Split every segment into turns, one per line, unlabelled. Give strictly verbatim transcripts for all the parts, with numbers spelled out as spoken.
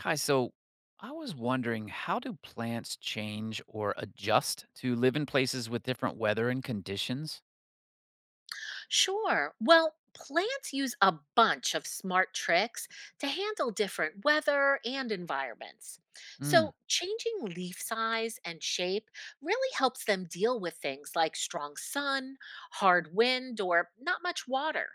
Hi, so I was wondering, how do plants change or adjust to live in places with different weather and conditions?
Sure. Well, plants use a bunch of smart tricks to handle different weather and environments.
Mm,
So, changing leaf size and shape really helps them deal with things like strong sun, hard wind, or not much water.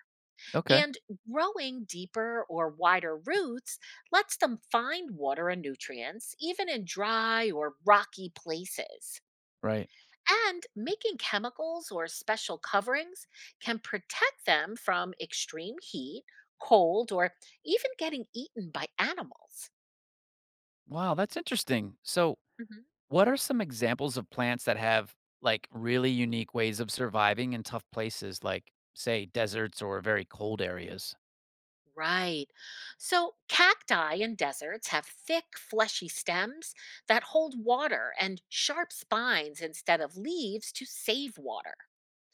okay,
And growing deeper or wider roots lets them find water and nutrients, even in dry or rocky places.
right.
And making chemicals or special coverings can protect them from extreme heat, cold, or even getting eaten by animals.
Wow, that's interesting. So,
hmm
what are some examples of plants that have like really unique ways of surviving in tough places, like, say, deserts or very cold areas?
Right. So, cacti in deserts have thick, fleshy stems that hold water and sharp spines instead of leaves to save water.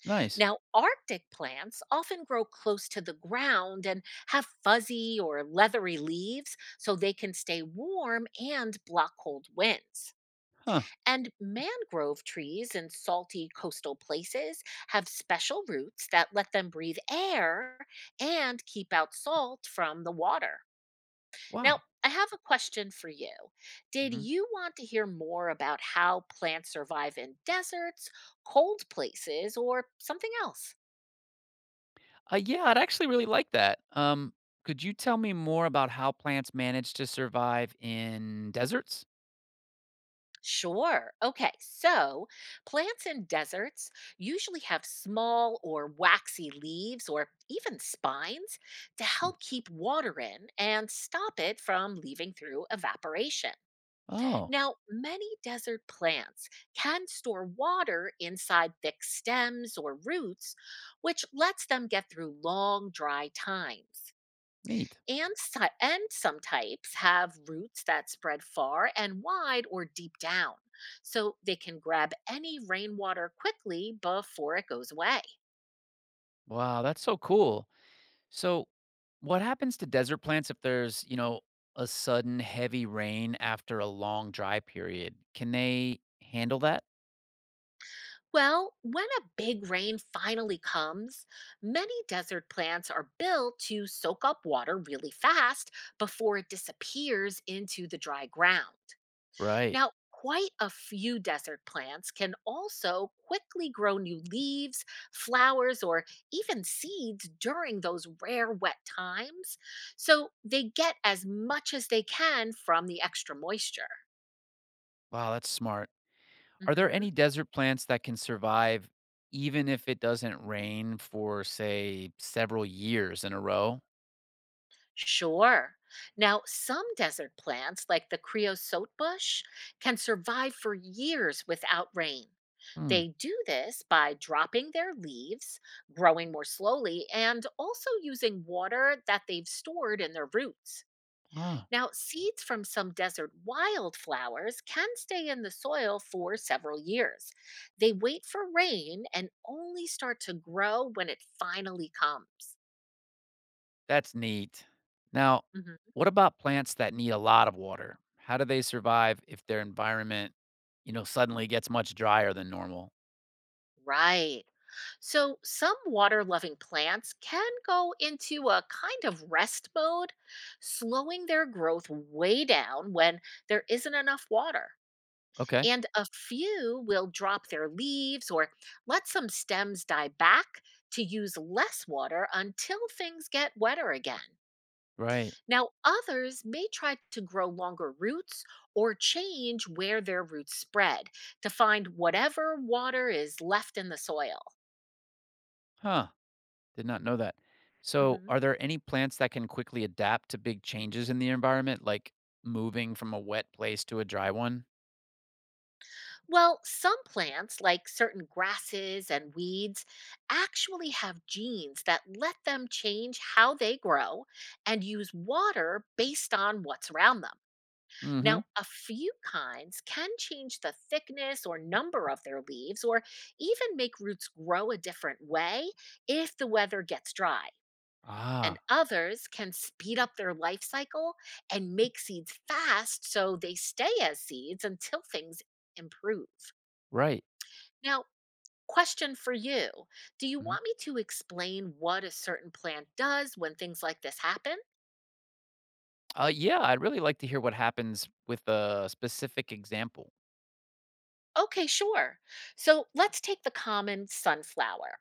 Nice.
Now, Arctic plants often grow close to the ground and have fuzzy or leathery leaves so they can stay warm and block cold winds.
Huh.
And mangrove trees in salty coastal places have special roots that let them breathe air and keep out salt from the water. Now,
Wow.
I have a question for you. Did
hmm
you want to hear more about how plants survive in deserts, cold places, or something else?
Uh, yeah, I'd actually really like that. Um, could you tell me more about how plants manage to survive in deserts?
Sure. Okay. So plants in deserts usually have small or waxy leaves or even spines to help keep water in and stop it from leaving through evaporation.
Oh.
Now, many desert plants can store water inside thick stems or roots, which lets them get through long, dry times.
Neat.
And, si- and some types have roots that spread far and wide or deep down, so they can grab any rainwater quickly before it goes away.
Wow, that's so cool. So, what happens to desert plants if there's, you know, a sudden heavy rain after a long dry period? Can they handle that?
Well, when a big rain finally comes, many desert plants are built to soak up water really fast before it disappears into the dry ground.
Right.
Now, quite a few desert plants can also quickly grow new leaves, flowers, or even seeds during those rare wet times. So they get as much as they can from the extra moisture.
Wow, that's smart. Are there any
Mhm.
desert plants that can survive even if it doesn't rain for, say, several years in a row?
Sure. Now, some desert plants, like the creosote bush, can survive for years without rain.
Hmm.
They do this by dropping their leaves, growing more slowly, and also using water that they've stored in their roots.
Wow.
Now, seeds from some desert wildflowers can stay in the soil for several years. They wait for rain and only start to grow when it finally comes.
That's neat. Now,
Mm-hmm.
what about plants that need a lot of water? How do they survive if their environment, you know, suddenly gets much drier than normal?
Right. So some water loving plants can go into a kind of rest mode, slowing their growth way down when there isn't enough water.
Okay.
And a few will drop their leaves or let some stems die back to use less water until things get wetter again.
Right.
Now, others may try to grow longer roots or change where their roots spread to find whatever water is left in the soil.
Huh. Did not know that. So,
Mhm.
are there any plants that can quickly adapt to big changes in the environment, like moving from a wet place to a dry one?
Well, some plants, like certain grasses and weeds, actually have genes that let them change how they grow and use water based on what's around them.
Mm hmm.
Now, a few kinds can change the thickness or number of their leaves or even make roots grow a different way if the weather gets dry. And
Ah,
others can speed up their life cycle and make seeds fast so they stay as seeds until things improve.
right.
Now, question for you. Do you
Mhm.
want me to explain what a certain plant does when things like this happen?
Uh, yeah, I'd really like to hear what happens with a specific example.
Okay, sure. So let's take the common sunflower.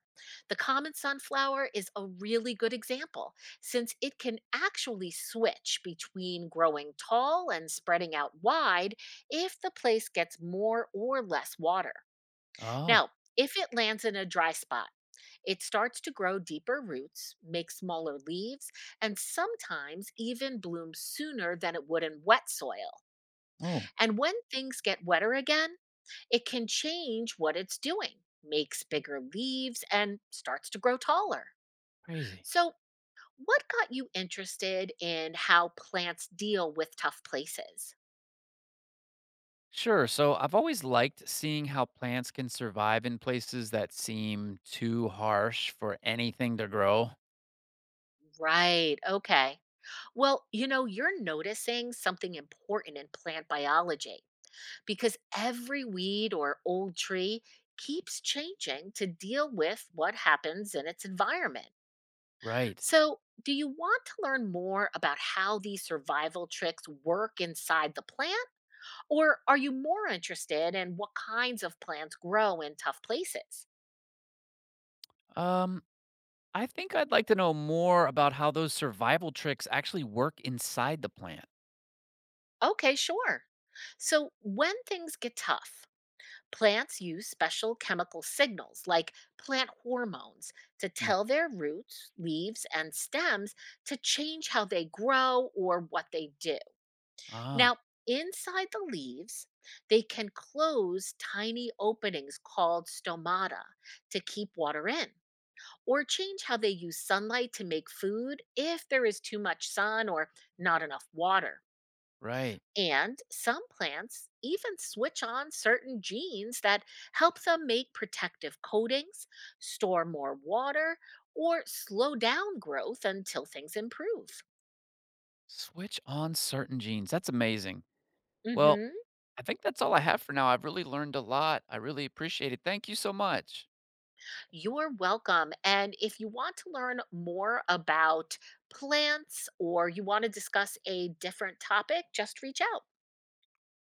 The common sunflower is a really good example since it can actually switch between growing tall and spreading out wide if the place gets more or less water.
Oh,
Now, if it lands in a dry spot, it starts to grow deeper roots, make smaller leaves, and sometimes even blooms sooner than it would in wet soil.
oh,
And when things get wetter again, it can change what it's doing, makes bigger leaves, and starts to grow taller.
crazy.
So, what got you interested in how plants deal with tough places?
Sure. So I've always liked seeing how plants can survive in places that seem too harsh for anything to grow.
Right, okay. Well, you know, you're noticing something important in plant biology, because every weed or old tree keeps changing to deal with what happens in its environment.
Right.
So, do you want to learn more about how these survival tricks work inside the plant? Or are you more interested in what kinds of plants grow in tough places?
Um, I think I'd like to know more about how those survival tricks actually work inside the plant.
Okay, sure. So, when things get tough, plants use special chemical signals like plant hormones to
Hmm.
tell their roots, leaves, and stems to change how they grow or what they do.
Ah,
Now, inside the leaves, they can close tiny openings called stomata to keep water in, or change how they use sunlight to make food if there is too much sun or not enough water.
right.
And some plants even switch on certain genes that help them make protective coatings, store more water, or slow down growth until things improve.
Switch on certain genes. That's amazing. Well,
Mhm.
I think that's all I have for now. I've really learned a lot. I really appreciate it. Thank you so much.
You're welcome. And if you want to learn more about plants or you want to discuss a different topic, just reach out.